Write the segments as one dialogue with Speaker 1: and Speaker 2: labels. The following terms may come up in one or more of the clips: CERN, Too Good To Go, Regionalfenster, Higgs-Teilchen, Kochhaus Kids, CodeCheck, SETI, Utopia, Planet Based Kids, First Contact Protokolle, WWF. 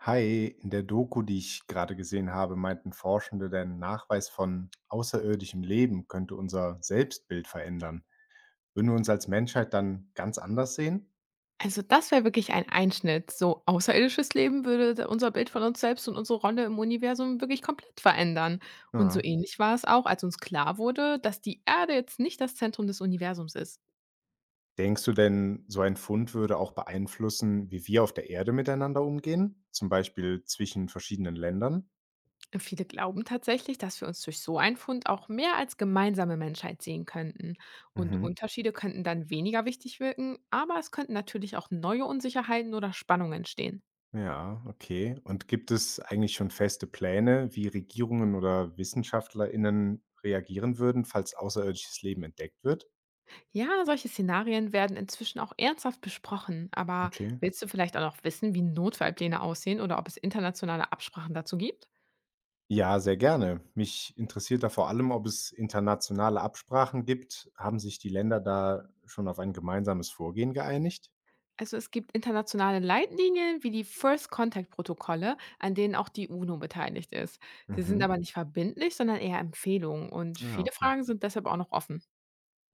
Speaker 1: Hi, in der Doku, die ich gerade gesehen habe, meinten Forschende, der Nachweis von außerirdischem Leben könnte unser Selbstbild verändern. Würden wir uns als Menschheit dann ganz anders sehen?
Speaker 2: Also, das wäre wirklich ein Einschnitt. So außerirdisches Leben würde d unser Bild von uns selbst und unsere Rolle im Universum wirklich komplett verändern. Und so
Speaker 1: Ja.
Speaker 2: ähnlich war es auch, als uns klar wurde, dass die Erde jetzt nicht das Zentrum des Universums ist.
Speaker 1: Denkst du denn, so ein Fund würde auch beeinflussen, wie wir auf der Erde miteinander umgehen? Zum Beispiel zwischen verschiedenen Ländern?
Speaker 2: Viele glauben tatsächlich, dass wir uns durch so einen Fund auch mehr als gemeinsame Menschheit sehen könnten. Und
Speaker 1: Mhm.
Speaker 2: Unterschiede könnten dann weniger wichtig wirken, aber es könnten natürlich auch neue Unsicherheiten oder Spannungen entstehen.
Speaker 1: Ja, okay. Und gibt es eigentlich schon feste Pläne, wie Regierungen oder WissenschaftlerInnen reagieren würden, falls außerirdisches Leben entdeckt wird?
Speaker 2: Ja, solche Szenarien werden inzwischen auch ernsthaft besprochen. Aber
Speaker 1: Okay.
Speaker 2: willst du vielleicht auch noch wissen, wie Notfallpläne aussehen oder ob es internationale Absprachen dazu gibt?
Speaker 1: Ja, sehr gerne. Mich interessiert da vor allem, ob es internationale Absprachen gibt. Haben sich die Länder da schon auf ein gemeinsames Vorgehen geeinigt?
Speaker 2: Also es gibt internationale Leitlinien wie die First Contact Protokolle, an denen auch die UNO beteiligt ist. Sie sind
Speaker 1: Mhm.
Speaker 2: aber nicht verbindlich, sondern eher Empfehlungen und
Speaker 1: Ah,
Speaker 2: viele
Speaker 1: okay.
Speaker 2: Fragen sind deshalb auch noch offen.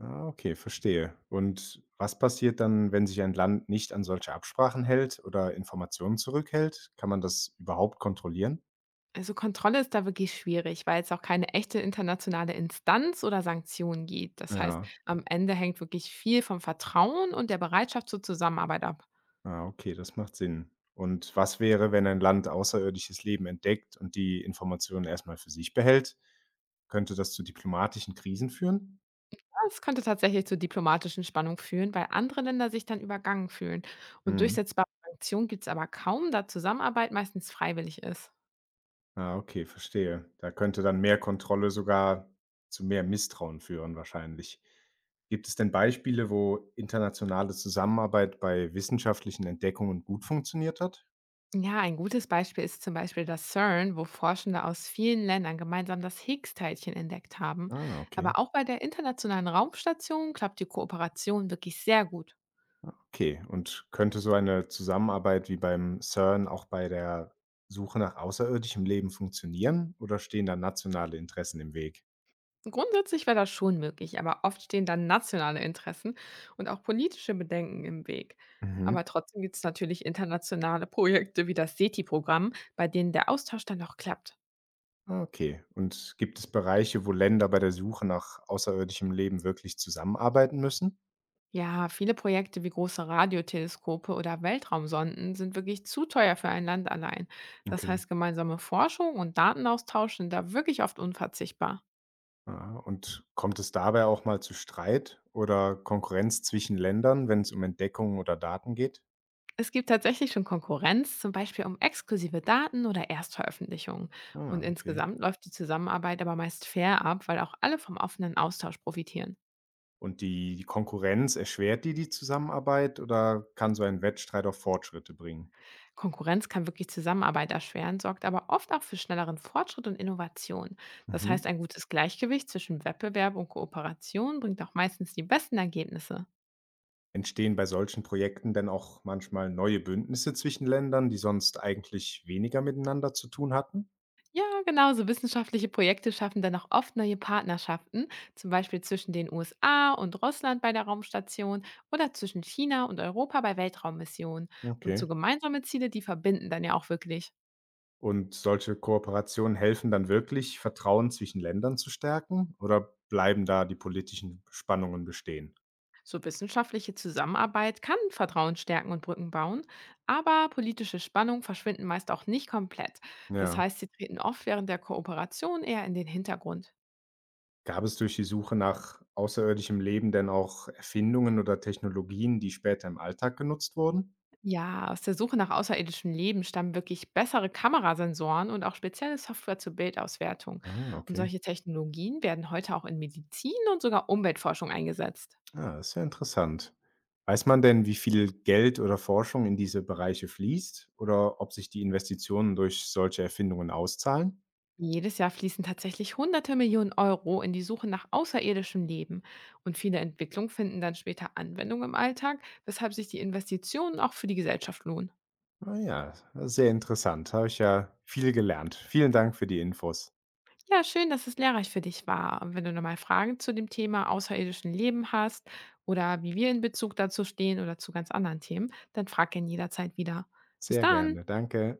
Speaker 1: Ah, okay, verstehe. Und was passiert dann, wenn sich ein Land nicht an solche Absprachen hält oder Informationen zurückhält? Kann man das überhaupt kontrollieren?
Speaker 2: Also Kontrolle ist da wirklich schwierig, weil es auch keine echte internationale Instanz oder Sanktionen gibt. Das heißt,
Speaker 1: Ja,
Speaker 2: am Ende hängt wirklich viel vom Vertrauen und der Bereitschaft zur Zusammenarbeit ab.
Speaker 1: ah, okay, das macht Sinn. Und was wäre, wenn ein Land außerirdisches Leben entdeckt und die Informationen erstmal für sich behält? Könnte das zu diplomatischen Krisen führen?
Speaker 2: Das könnte tatsächlich zu diplomatischen Spannungen führen, weil andere Länder sich dann übergangen fühlen. Und durchsetzbare Sanktionen gibt es aber kaum, da Zusammenarbeit meistens freiwillig ist.
Speaker 1: Ah, okay, verstehe. Da könnte dann mehr Kontrolle sogar zu mehr Misstrauen führen wahrscheinlich. Gibt es denn Beispiele, wo internationale Zusammenarbeit bei wissenschaftlichen Entdeckungen gut funktioniert hat?
Speaker 2: Ja, ein gutes Beispiel ist zum Beispiel das CERN, wo Forschende aus vielen Ländern gemeinsam das Higgs-Teilchen entdeckt haben.
Speaker 1: Ah, okay.
Speaker 2: Aber auch bei der Internationalen Raumstation klappt die Kooperation wirklich sehr gut.
Speaker 1: Okay, und könnte so eine Zusammenarbeit wie beim CERN auch bei der Suche nach außerirdischem Leben funktionieren oder stehen da nationale Interessen im Weg?
Speaker 2: Grundsätzlich wäre das schon möglich, aber oft stehen dann nationale Interessen und auch politische Bedenken im Weg.
Speaker 1: Mhm.
Speaker 2: Aber trotzdem gibt es natürlich internationale Projekte wie das SETI-Programm, bei denen der Austausch dann auch klappt.
Speaker 1: Ah, okay, und gibt es Bereiche, wo Länder bei der Suche nach außerirdischem Leben wirklich zusammenarbeiten müssen?
Speaker 2: Ja, viele Projekte wie große Radioteleskope oder Weltraumsonden sind wirklich zu teuer für ein Land allein. Das
Speaker 1: Okay.
Speaker 2: heißt, gemeinsame Forschung und Datenaustausch sind da wirklich oft unverzichtbar.
Speaker 1: Aha, und kommt es dabei auch mal zu Streit oder Konkurrenz zwischen Ländern, wenn es um Entdeckungen oder Daten geht?
Speaker 2: Es gibt tatsächlich schon Konkurrenz, zum Beispiel um exklusive Daten oder Erstveröffentlichungen.
Speaker 1: Ah,
Speaker 2: Und
Speaker 1: okay.
Speaker 2: insgesamt läuft die Zusammenarbeit aber meist fair ab, weil auch alle vom offenen Austausch profitieren.
Speaker 1: Und die Konkurrenz, erschwert die Zusammenarbeit oder kann so ein Wettstreit auch Fortschritte bringen?
Speaker 2: Konkurrenz kann wirklich Zusammenarbeit erschweren, sorgt aber oft auch für schnelleren Fortschritt und Innovation. Das
Speaker 1: Mhm.
Speaker 2: heißt, ein gutes Gleichgewicht zwischen Wettbewerb und Kooperation bringt auch meistens die besten Ergebnisse.
Speaker 1: Entstehen bei solchen Projekten denn auch manchmal neue Bündnisse zwischen Ländern, die sonst eigentlich weniger miteinander zu tun hatten?
Speaker 2: Ja, genau, so wissenschaftliche Projekte schaffen dann auch oft neue Partnerschaften, zum Beispiel zwischen den USA und Russland bei der Raumstation oder zwischen China und Europa bei Weltraummissionen. Und
Speaker 1: Okay.
Speaker 2: so gemeinsame Ziele, die verbinden dann ja auch wirklich.
Speaker 1: Und solche Kooperationen helfen dann wirklich, Vertrauen zwischen Ländern zu stärken oder bleiben da die politischen Spannungen bestehen?
Speaker 2: So wissenschaftliche Zusammenarbeit kann Vertrauen stärken und Brücken bauen, aber politische Spannungen verschwinden meist auch nicht komplett. Das
Speaker 1: Ja.
Speaker 2: heißt, sie treten oft während der Kooperation eher in den Hintergrund.
Speaker 1: Gab es durch die Suche nach außerirdischem Leben denn auch Erfindungen oder Technologien, die später im Alltag genutzt wurden?
Speaker 2: Ja, aus der Suche nach außerirdischem Leben stammen wirklich bessere Kamerasensoren und auch spezielle Software zur Bildauswertung.
Speaker 1: Ah,
Speaker 2: Und
Speaker 1: okay.
Speaker 2: solche Technologien werden heute auch in Medizin und sogar Umweltforschung eingesetzt.
Speaker 1: Ah, das ist ja interessant. Weiß man denn, wie viel Geld oder Forschung in diese Bereiche fließt oder ob sich die Investitionen durch solche Erfindungen auszahlen?
Speaker 2: Jedes Jahr fließen tatsächlich hunderte Millionen Euro in die Suche nach außerirdischem Leben. Und viele Entwicklungen finden dann später Anwendung im Alltag, weshalb sich die Investitionen auch für die Gesellschaft lohnen.
Speaker 1: Ah ja, sehr interessant. Habe ich ja viel gelernt. Vielen Dank für die Infos.
Speaker 2: Ja, schön, dass es lehrreich für dich war. Und wenn du nochmal Fragen zu dem Thema außerirdischen Leben hast oder wie wir in Bezug dazu stehen oder zu ganz anderen Themen, dann frag ihn jederzeit wieder. Bis
Speaker 1: Sehr
Speaker 2: dann!
Speaker 1: gerne. Danke.